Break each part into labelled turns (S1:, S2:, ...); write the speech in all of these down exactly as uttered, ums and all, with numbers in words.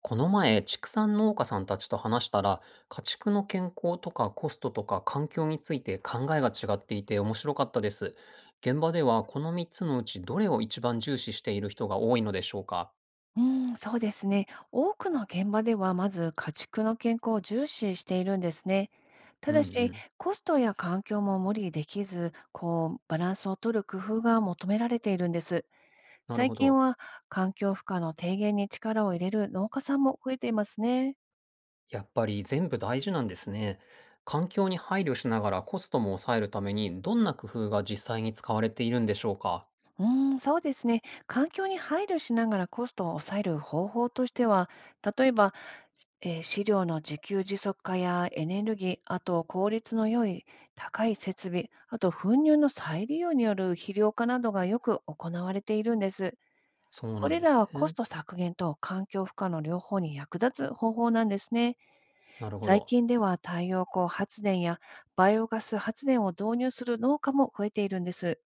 S1: この前、畜産農家さんたちと話したら、家畜の健康とかコストとか環境について考えが違っていて面白かったです。現場ではこのみっつのうちどれを一番重視している人が多いのでしょうか。
S2: うん、そうですね。多くの現場では、まず家畜の健康を重視しているんですね。た
S1: うんう
S2: だし、
S1: ん。
S2: コストや環境も無理できず、こう、バランスを取る工夫が求められているんです。
S1: なる
S2: 最
S1: ほ
S2: 近
S1: ど。
S2: は、環境負荷の低減に力を入れる農家さんも増えていますね。
S1: やっぱり全部大事なんですね。環境に配慮しながらコストも抑えるためにどんな工夫が実際に使われているんでしょうか。
S2: うーん、そうですね。環境に配慮しながらコストを抑える方法としては、例えば、えー飼料の自給自足化やエネルギー、あと効率の良い高い設備、あと糞乳の再利用による肥料化などがよく行われているんです。
S1: そう
S2: こ
S1: なん
S2: れ
S1: で
S2: ら
S1: す
S2: はコス
S1: ね。
S2: ト削減と環境負荷の両方に役立つ方法なんですね。
S1: なるほ
S2: 最
S1: ど。
S2: 近では太陽光発電やバイオガス発電を導入する農家も増えているんです。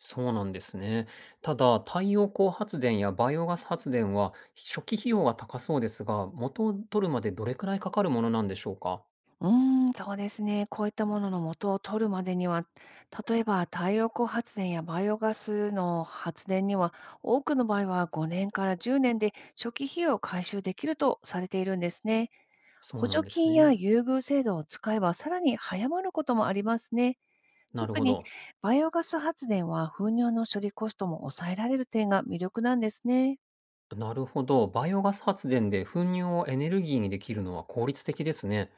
S1: そうなんですね。ただ、太陽光発電やバイオガス発電は初期費用が高そうですが、元を取るまでどれくらいかかるものなんでしょうか。
S2: うーん、そうですね。こういったものの元を取るまでには、例えば太陽光発電やバイオガスの発電には、多くの場合はごねんからじゅうねんで初期費用を回収できるとされているんですね。
S1: そ
S2: 補
S1: うな
S2: 助
S1: んです
S2: 金や
S1: ね。
S2: 優遇制度を使えば、さらに早まることもありますね。
S1: なる
S2: 特
S1: ほ
S2: に
S1: ど。
S2: バイオガス発電は、糞尿の処理コストも抑えられる点が魅力なんですね。
S1: なるほど。バイオガス発電で粉乳をエネルギーにできるのは効率的ですね。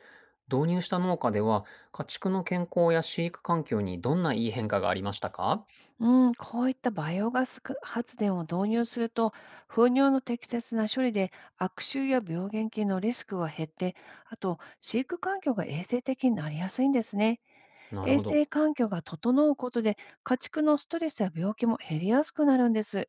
S1: 導入した農家では、家畜の健康や飼育環境にどんないい変化がありましたか。
S2: うん、こういったバイオガス発電を導入すると、糞尿の適切な処理で悪臭や病原菌のリスクが減って、あと飼育環境が衛生的になりやすいんですね。
S1: なる
S2: 衛
S1: ほ
S2: 生
S1: ど。
S2: 環境が整うことで、家畜のストレスや病気も減りやすくなるんです。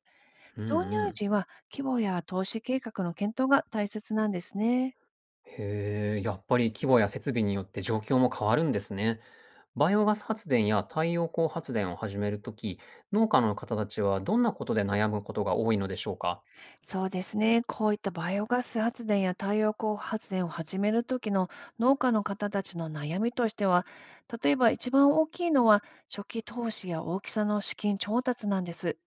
S1: うんう
S2: 導入
S1: ん。
S2: 時は規模や投資計画の検討が大切なんですね。
S1: へえ、やっぱり規模や設備によって状況も変わるんですね。バイオガス発電や太陽光発電を始めるとき、農家の方たちはどんなことで悩むことが多いのでしょうか。
S2: そうですね。こういったバイオガス発電や太陽光発電を始める時の農家の方たちの悩みとしては、例えば一番大きいのは初期投資や大きさの資金調達なんです。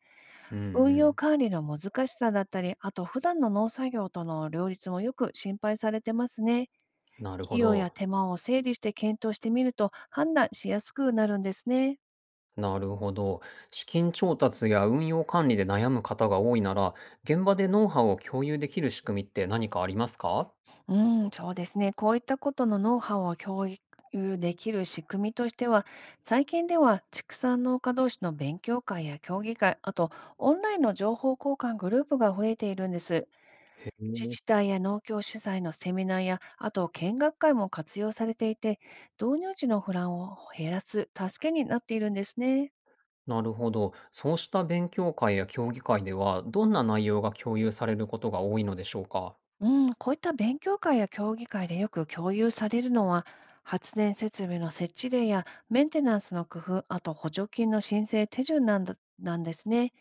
S1: うんう
S2: 運用
S1: ん。
S2: 管理の難しさだったり、あと普段の農作業との両立もよく心配されてますね。
S1: なるほ
S2: 費用
S1: ど。
S2: や手間を整理して検討してみると判断しやすくなるんですね。
S1: なるほど。資金調達や運用管理で悩む方が多いなら、現場でノウハウを共有できる仕組みって何かありますか。
S2: うん、そうですね。こういったことのノウハウを共有できる仕組みとしては、最近では畜産農家同士の勉強会や協議会、あとオンラインの情報交換グループが増えているんです。
S1: へえ。
S2: 自治体や農協主催のセミナーや、あと見学会も活用されていて、導入時の不安を減らす助けになっているんですね。
S1: なるほど。そうした勉強会や協議会では、どんな内容が共有されることが多いのでしょうか。
S2: うん、こういった勉強会や協議会でよく共有されるのは、発電設備の設置例やメンテナンスの工夫、あと補助金の申請手順なんだなんですね。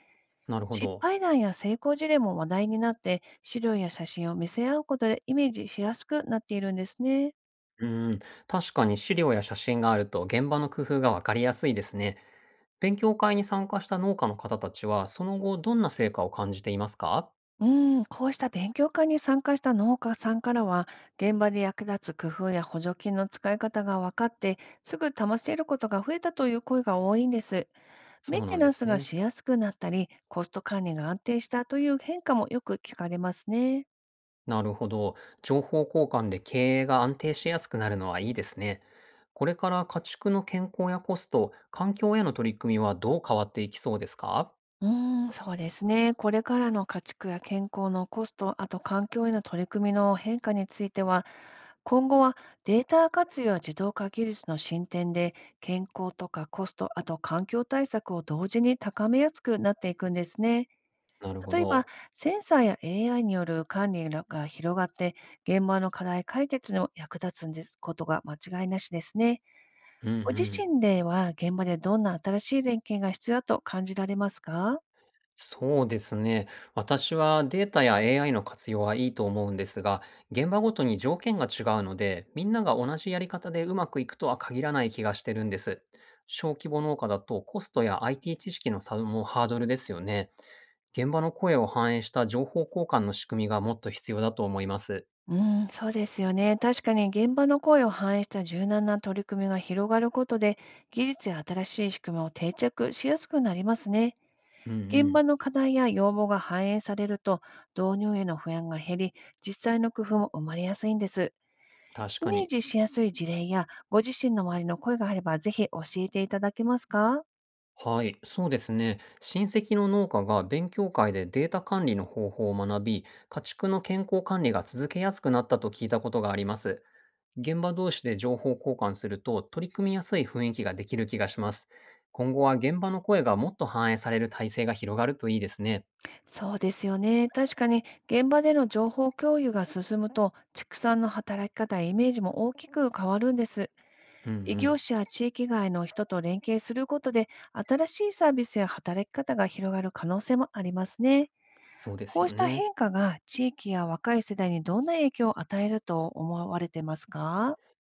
S1: なるほ
S2: 失
S1: ど。
S2: 敗談や成功事例も話題になって、資料や写真を見せ合うことでイメージしやすくなっているんですね。
S1: うーん、確かに資料や写真があると現場の工夫がわかりやすいですね。勉強会に参加した農家の方たちは、その後どんな成果を感じていますか。
S2: うん、こうした勉強会に参加した農家さんからは、現場で役立つ工夫や補助金の使い方が分かって、すぐ試せることが増えたという声が多いんです。メ
S1: そ
S2: ン
S1: うな
S2: テ
S1: ん
S2: ナ
S1: で
S2: ン
S1: す
S2: スが
S1: ね。
S2: しやすくなったり、コスト管理が安定したという変化もよく聞かれますね。
S1: なるほど。情報交換で経営が安定しやすくなるのはいいですね。これから家畜の健康やコスト、環境への取り組みはどう変わっていきそうですか。
S2: うーん、そうですね。これからの家畜や健康のコスト、あと環境への取り組みの変化については、今後はデータ活用や自動化技術の進展で、健康とかコスト、あと環境対策を同時に高めやすくなっていくんですね。
S1: なるほ
S2: 例えば、
S1: ど。
S2: センサーや エーアイ による管理が広がって、現場の課題解決にも役立つんですことが間違いなしですね。
S1: うんう
S2: ご自
S1: ん。
S2: 身では、現場でどんな新しい連携が必要だと感じられますか？
S1: そうですね。私はデータや エーアイ の活用はいいと思うんですが、現場ごとに条件が違うので、みんなが同じやり方でうまくいくとは限らない気がしてるんです。小規模農家だとコストや アイティー 知識の差もハードルですよね。現場の声を反映した情報交換の仕組みがもっと必要だと思います。
S2: うーん、そうですよね。確かに現場の声を反映した柔軟な取り組みが広がることで、技術や新しい仕組みを定着しやすくなりますね。
S1: うんう
S2: 現
S1: ん。
S2: 場の課題や要望が反映されると、導入への不安が減り、実際の工夫も生まれやすいんです。
S1: 確
S2: イ
S1: か
S2: メー
S1: に。
S2: ジしやすい事例や、ご自身の周りの声があれば、ぜひ教えていただけますか？
S1: はい、そうですね。親戚の農家が勉強会でデータ管理の方法を学び、家畜の健康管理が続けやすくなったと聞いたことがあります。現場同士で情報交換すると取り組みやすい雰囲気ができる気がします。今後は現場の声がもっと反映される体制が広がるといいですね。
S2: そうですよね。確かに現場での情報共有が進むと、畜産の働き方やイメージも大きく変わるんです。
S1: うんう
S2: 異業
S1: ん。
S2: 種や地域外の人と連携することで、新しいサービスや働き方が広がる可能性もありますね。
S1: そうで
S2: こ
S1: す
S2: う
S1: よ
S2: した
S1: ね。
S2: 変化が地域や若い世代にどんな影響を与えると思われてますか？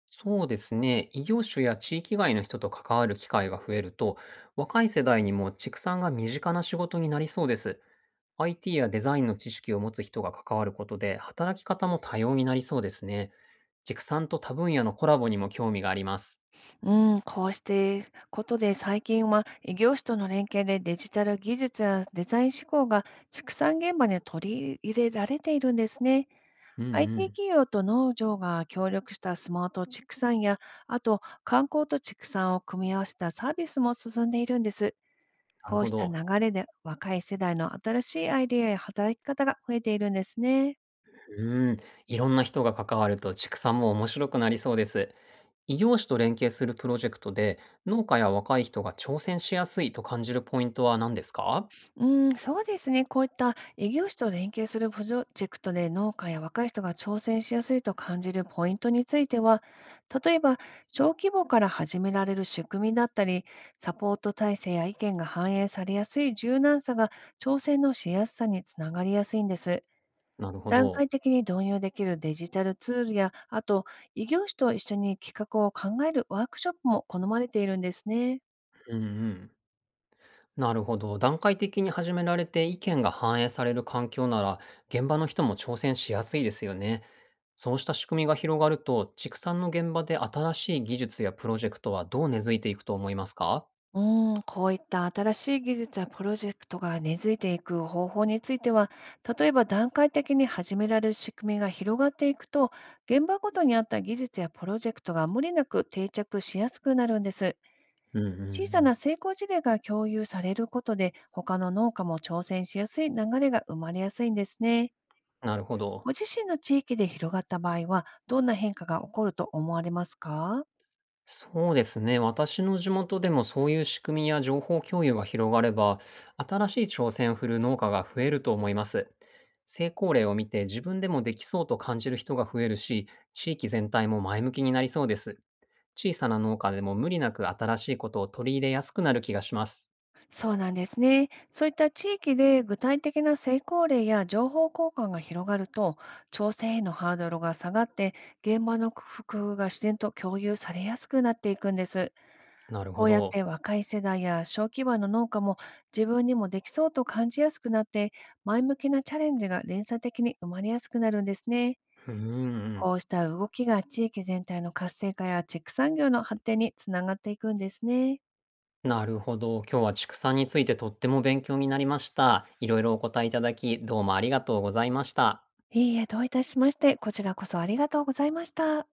S1: そうですね。異業種や地域外の人と関わる機会が増えると、若い世代にも畜産が身近な仕事になりそうです。アイティー やデザインの知識を持つ人が関わることで、働き方も多様になりそうですね。畜産と多分野のコラボにも興味があります。
S2: うん、こうしてことで最近は異業種との連携でデジタル技術やデザイン思考が畜産現場に取り入れられているんですね。
S1: うんう
S2: アイティー
S1: ん。
S2: 企業と農場が協力したスマート畜産や、あと観光と畜産を組み合わせたサービスも進んでいるんです。
S1: なる
S2: こう
S1: ほ
S2: した
S1: ど。
S2: 流れで若い世代の新しいアイデアや働き方が増えているんですね。
S1: うーん。いろんな人が関わると畜産も面白くなりそうです。異業種と連携するプロジェクトで、農家や若い人が挑戦しやすいと感じるポイントは何ですか。
S2: うん、そうですね。こういった異業種と連携するプロジェクトで農家や若い人が挑戦しやすいと感じるポイントについては、例えば小規模から始められる仕組みだったり、サポート体制や意見が反映されやすい柔軟さが挑戦のしやすさにつながりやすいんです。
S1: なるほ
S2: 段階
S1: ど。
S2: 的に導入できるデジタルツールや、あと異業種と一緒に企画を考えるワークショップも好まれているんですね。
S1: うんうん。なるほど。段階的に始められて意見が反映される環境なら、現場の人も挑戦しやすいですよね。そうした仕組みが広がると、畜産の現場で新しい技術やプロジェクトはどう根付いていくと思いますか。
S2: うーん、こういった新しい技術やプロジェクトが根付いていく方法については、例えば段階的に始められる仕組みが広がっていくと、現場ごとにあった技術やプロジェクトが無理なく定着しやすくなるんです。
S1: うんうんう
S2: 小さ
S1: ん。
S2: な成功事例が共有されることで、他の農家も挑戦しやすい流れが生まれやすいんですね。
S1: なるほど。
S2: ご自身の地域で広がった場合は、どんな変化が起こると思われますか？
S1: そうですね。私の地元でもそういう仕組みや情報共有が広がれば、新しい挑戦を振る農家が増えると思います。成功例を見て自分でもできそうと感じる人が増えるし、地域全体も前向きになりそうです。小さな農家でも無理なく新しいことを取り入れやすくなる気がします。
S2: そうなんですね。そういった地域で具体的な成功例や情報交換が広がると、挑戦へのハードルが下がって、現場の工夫が自然と共有されやすくなっていくんです。
S1: なる
S2: こ
S1: ほ
S2: うやっ
S1: ど。
S2: て若い世代や小規模の農家も自分にもできそうと感じやすくなって、前向きなチャレンジが連鎖的に生まれやすくなるんですね。
S1: うんうん。
S2: こうした動きが地域全体の活性化や畜産業の発展につながっていくんですね。
S1: なるほど。今日は畜産についてとっても勉強になりました。いろいろお答えいただき、どうもありがとうございました。
S2: いいえ、どういたしまして。こちらこそありがとうございました。